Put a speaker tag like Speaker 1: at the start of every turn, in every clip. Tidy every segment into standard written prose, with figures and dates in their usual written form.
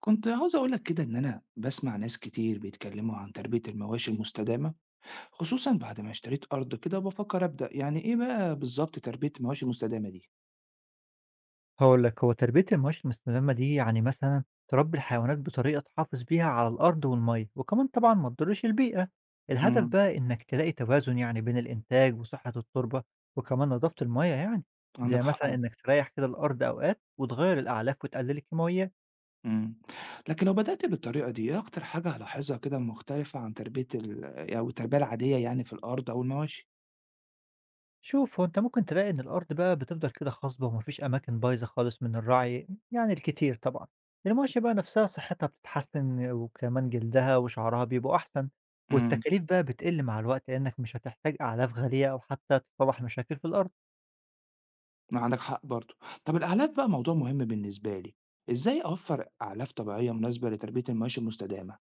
Speaker 1: كنت عاوز أقول لك كده إن أنا بسمع ناس كتير بيتكلموا عن تربية المواشي المستدامة، خصوصا بعد ما اشتريت أرض كده وبفكر أبدأ. يعني إيه بقى بالظبط تربية المواشي المستدامة دي؟
Speaker 2: هاقول لك، هو تربية المواشي المستدامة دي يعني مثلًا تربي الحيوانات بطريقة تحافظ بيها على الأرض والمَيّة، وكمان طبعًا ما تضرّش البيئة. الهدف
Speaker 1: امم.
Speaker 2: بقى إنك تلاقي توازن يعني بين الإنتاج وصحة التربة وكمان نضافة المَيّة يعني، زي
Speaker 1: عندك حق.
Speaker 2: مثلًا
Speaker 1: على
Speaker 2: إنك تريّح كده الأرض أوقات وتغيّر الأعلاف وتقلل الكيماويات.
Speaker 1: امم. لكن لو بدأت بالطريقة دي إيه أكتر حاجة هلاحظها كده مختلفة عن تربية ال أو التربية العادية يعني في الأرض أو المواشي؟
Speaker 2: شوف هو أنت ممكن تلاقي إن الأرض بقى بتفضل كده خصبة ومفيش أماكن بايظة خالص من الرعي يعني الكتير طبعا. المواشي بقى نفسها صحتها بتتحسن وكمان جلدها وشعرها بيبقوا أحسن.
Speaker 1: امم.
Speaker 2: والتكاليف بقى بتقل مع الوقت لأنك مش هتحتاج أعلاف غالية أو حتى تصلح مشاكل في الأرض.
Speaker 1: ما عندك حق برضه. طب الأعلاف بقى موضوع مهم بالنسبة لي. إزاي أوفر أعلاف طبيعية مناسبة لتربية المواشي المستدامة؟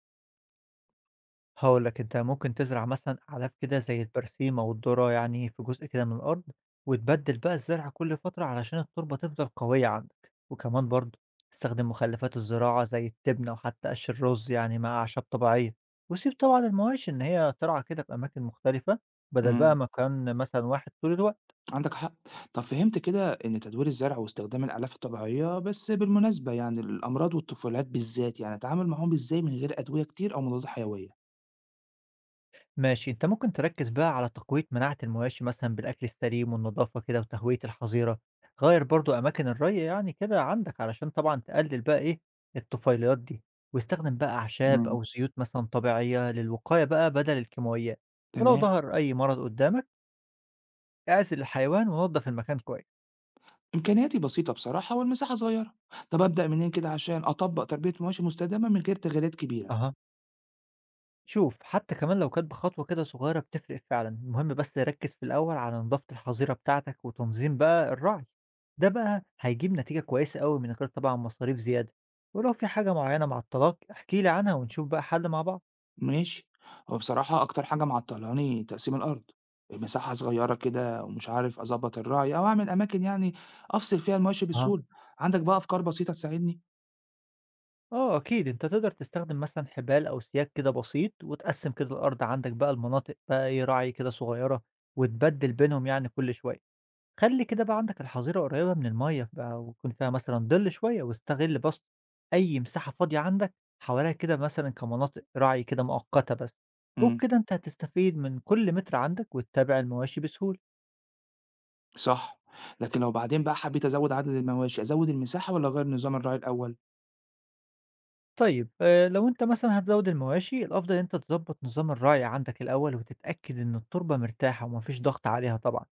Speaker 2: هاقول لك، أنت ممكن تزرع مثلًا أعلاف كده زي البرسيم أو الذرة يعني في جزء كده من الأرض، وتبدِّل بقى الزرع كل فترة علشان التربة تفضل قوية عندك، وكمان برضه استخدم مخلفات الزراعة زي التبنة وحتى قش الرز يعني مع أعشاب طبيعية، وسيب طبعًا المواشي إن هي ترعى كده في أماكن مختلفة بدل بقى مكان مثلًا واحد طول الوقت.
Speaker 1: عندك حق. طب فهمت كده ان تدوير الزرع واستخدام الآلاف الطبيعية بس. بالمناسبة يعني الأمراض والطفولات بالذات يعني أتعامل معاهم ازاي من غير أدوية كتير أو مضادات حيوية؟
Speaker 2: ماشي، أنت ممكن تركّز بقى على تقوية مناعة المواشي مثلًا بالأكل السليم والنضافة كده وتهوية الحظيرة، غيّر برضه أماكن الري يعني كده عندك علشان طبعًا تقلل بقى إيه، الطفيليات دي، واستخدم بقى أعشاب
Speaker 1: مم.
Speaker 2: أو زيوت مثلًا طبيعية للوقاية بقى بدل الكيماويات، ولو
Speaker 1: تمام.
Speaker 2: ظهر أي مرض قدّامك اعزل الحيوان ونضّف المكان كويس.
Speaker 1: إمكانياتي بسيطة بصراحة والمساحة صغيرة. طب أبدأ منين كده عشان أطبق تربية مواشي مستدامة من غير تغييرات كبيرة؟
Speaker 2: أها. شوف حتى كمان لو كانت بخطوة كده صغيرة بتفرق فعلا، المهم بس ركز في الأول على نظافة الحظيرة بتاعتك وتنظيم بقى الرعي. ده بقى هيجيب نتيجة كويسة قوي من غير طبعا مصاريف زيادة. ولو في حاجة معينة مع الطلاق احكيلي عنها ونشوف بقى حل مع بعض.
Speaker 1: ماشي. هو بصراحة أكتر حاجة معطلاني يعني تقسيم الأرض. المساحة صغيرة كده ومش عارف أظبط الرعي أو أعمل أماكن يعني أفصل فيها المواشي
Speaker 2: اه
Speaker 1: بسهولة. عندك بقى أفكار بسيطة تساعدني؟
Speaker 2: اه اكيد انت تقدر تستخدم مثلا حبال او سياج كده بسيط وتقسم كده الارض عندك بقى المناطق بقى ايه رعي كده صغيرة وتبدل بينهم يعني كل شوية. خلّي كده بقى عندك الحظيرة قريبة من المَيّة بقى ويكون فيها مثلًا ضِل شوية، واستغل بس أي مساحة فاضية عندك حواليها كده مثلًا كمناطق رَعي كده مؤقتة بس،
Speaker 1: امم.
Speaker 2: وبكده أنت هتستفيد من كل متر عندك وتتابع المواشي بسهولة.
Speaker 1: صح، لكن لو بعدين بقى حبيت أزوّد عدد المواشي، أزوّد المساحة والّا أغيّر نظام الرعي الأول؟
Speaker 2: طيب لو أنت مثلًا هتزوّد المواشي الأفضل إن أنت تضبّط نظام الرَعي عندك الأول وتتأكد إن التربة مرتاحة وما فيش ضغط عليها طبعًا،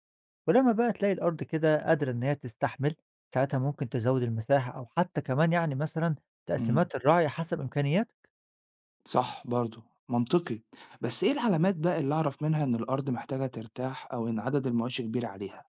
Speaker 2: ولمّا بقى تلاقي الأرض كده قادرة إن هي تستحمل، ساعتها ممكن تزوّد المساحة أو حتى كمان يعني مثلًا
Speaker 1: إمم.
Speaker 2: تقسيمات الرَعي حسب إمكانياتك.
Speaker 1: صح برضه، منطقي، بس إيه العلامات بقى اللي أعرف منها إن الأرض محتاجة ترتاح أو إن عدد المواشي كبير عليها؟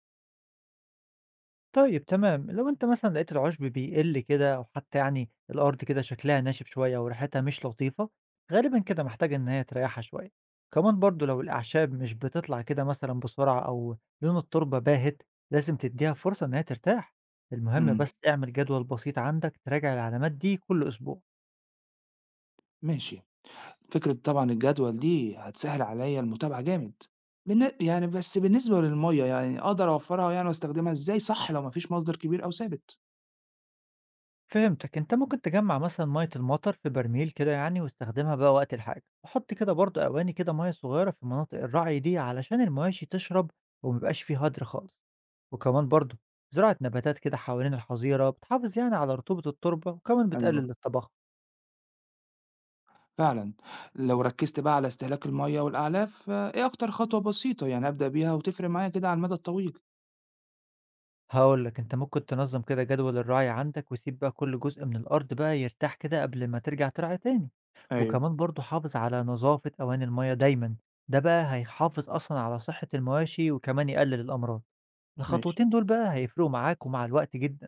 Speaker 2: طيب تمام، لو أنت مثلًا لقيت العُشب بيقِل كده أو حتى يعني الأرض كده شكلها ناشف شوية وريحتها مش لطيفة، غالبًا كده محتاجة إن هي تريّحها شوية، كمان برضه لو الأعشاب مش بتطلع كده مثلًا بسرعة أو لون التربة باهت، لازم تدّيها فرصة إن هي ترتاح، المهم
Speaker 1: إمم.
Speaker 2: بس اعمل جدول بسيط عندك تراجع العلامات دي كل أسبوع.
Speaker 1: ماشي، فكرة طبعًا الجدول دي هتسهّل عليّا المتابعة جامد، بالنسبة للمَيّة يعني أقدر أوفّرها يعني وأستخدمها إزاي صح لو ما فيش مصدر كبير أو ثابت؟
Speaker 2: فهمتك، انت ممكن تجمع مثلا ميه المطر في برميل كده يعني واستخدمها بقى وقت الحاجه وحط كده برضو اواني كده ميه صغيره في مناطق الرعي دي علشان المواشي تشرب وميبقاش فيه هدر خالص. وكمان برضو زراعه نباتات كده حوالين الحظيره بتحافظ يعني على رطوبه التربه وكمان بتقلل
Speaker 1: أيوه.
Speaker 2: التبخر.
Speaker 1: فعلًا، لو ركّزت بقى على استهلاك المَيّة والأعلاف، آه، إيه أكتر خطوة بسيطة يعني أبدأ بيها وتفرق معايا كده على المدى الطويل؟
Speaker 2: هاقول لك، أنت ممكن تنظّم كده جدول الرعي عندك، وسيب بقى كل جزء من الأرض بقى يرتاح كده قبل ما ترجع ترعى تاني،
Speaker 1: أيوه،
Speaker 2: وكمان برضه حافظ على نظافة أواني المَيّة دايمًا، ده بقى هيحافظ أصلًا على صحة المواشي وكمان يقلل الأمراض،
Speaker 1: ماشي.
Speaker 2: الخطوتين دول بقى هيفرقوا معاك ومع الوقت جدًا.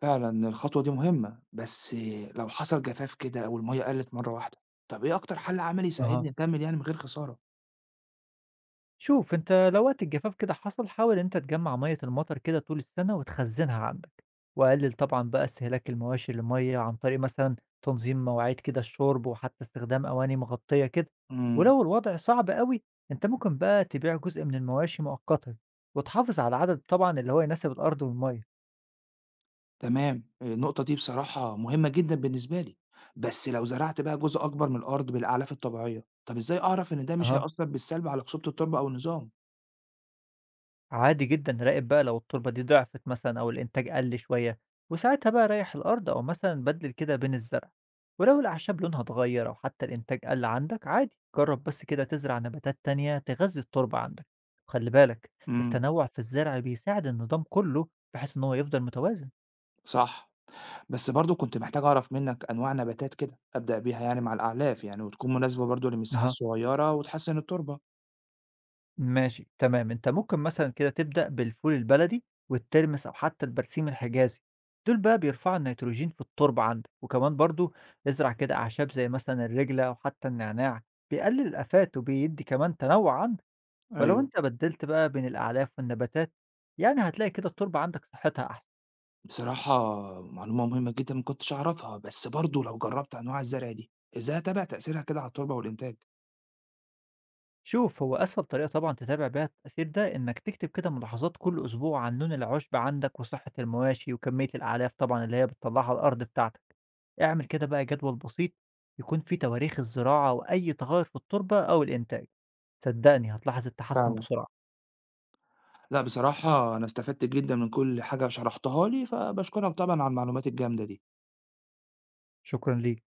Speaker 1: فعلًا الخطوة دي مهمة، بس لو حصل جفاف كده أو المَيّة قلّت مرّة واحدة، طَب إيه أكتر حل عملي
Speaker 2: أها.
Speaker 1: يساعدني أكمّل يعني من غير خسارة؟
Speaker 2: شوف انت لو وقت الجفاف كده حصل حاول انت تجمع مية المطر كده طول السنة وتخزنها عندك، وقلل طبعا بقى استهلاك المواشي للمية عن طريق مثلا تنظيم مواعيد كده الشرب وحتى استخدام أواني مغطية كده.
Speaker 1: إمم.
Speaker 2: ولو الوضع صعب قوي انت ممكن بقى تبيع جزء من المواشي مؤقتا وتحافظ على العدد طبعا اللي هو يناسب الأرض والمية.
Speaker 1: تمام، النقطة دي بصراحة مهمة جدًا بالنسبة لي، بس لو زرعت بقى جزء أكبر من الأرض بالأعلاف الطبيعية، طَب إزاي أعرف إن ده مش
Speaker 2: أها.
Speaker 1: هيأثّر بالسلب على خصوبة التربة أو النظام؟
Speaker 2: عادي جدًا، راقب بقى لو التربة دي ضعفت مثلًا أو الإنتاج قَل شوية، وساعتها بقى ريّح الأرض أو مثلًا بدِّل كده بين الزرع، ولو الأعشاب لونها اتغيّر أو حتى الإنتاج قَل عندك عادي، جرّب بس كده تزرع نباتات تانية تغذي التربة عندك، وخلّي بالك
Speaker 1: إمم.
Speaker 2: التنوّع في الزرع بيساعد النظام كلّه بحيث إن هو يفضل متوازن.
Speaker 1: صح. بس برضه كنت محتاج أعرف منّك أنواع نباتات كده أبدأ بيها يعني مع الأعلاف، يعني وتكون مناسبة برضه للمساحة
Speaker 2: أها.
Speaker 1: الصغيّرة وتحسّن التربة.
Speaker 2: ماشي تمام، انت ممكن مثلا كده تبدأ بالفول البلدي والترمس او حتى البرسيم الحجازي. دول بقى بيرفعوا النيتروجين في التربة عندك. وكمان برضو ازرع كده اعشاب زي مثلا الرجلة او حتى النعناع، بيقلل الافات وبيدي كمان تنوع عندك. ولو
Speaker 1: أيوه.
Speaker 2: انت بدلت بقى بين الاعلاف والنباتات يعني هتلاقي كده التربة عندك صحتها احسن.
Speaker 1: بصراحة معلومة مهمة جدًا ما كنتش أعرفها، بس برضه لو جرّبت أنواع الزرع دي، إزاي أتابع تأثيرها كده على التربة والإنتاج؟
Speaker 2: شوف هو أسهل طريقة طبعًا تتابع بيها التأثير ده إنك تكتب كده ملاحظات كل أسبوع عن لون العشب عندك وصحة المواشي وكمية الأعلاف طبعًا اللي هي بتطلعها على الأرض بتاعتك، اعمل كده بقى جدول بسيط يكون فيه تواريخ الزراعة وأي تغير في التربة أو الإنتاج، صدقني هتلاحظ التحسن
Speaker 1: فعلًا.
Speaker 2: بسرعة.
Speaker 1: لأ بصراحة أنا استفدت جدًا من كل حاجة شرحتها لي، فباشكرك طبعًا على المعلومات الجامدة دي.
Speaker 2: شكرًا ليك.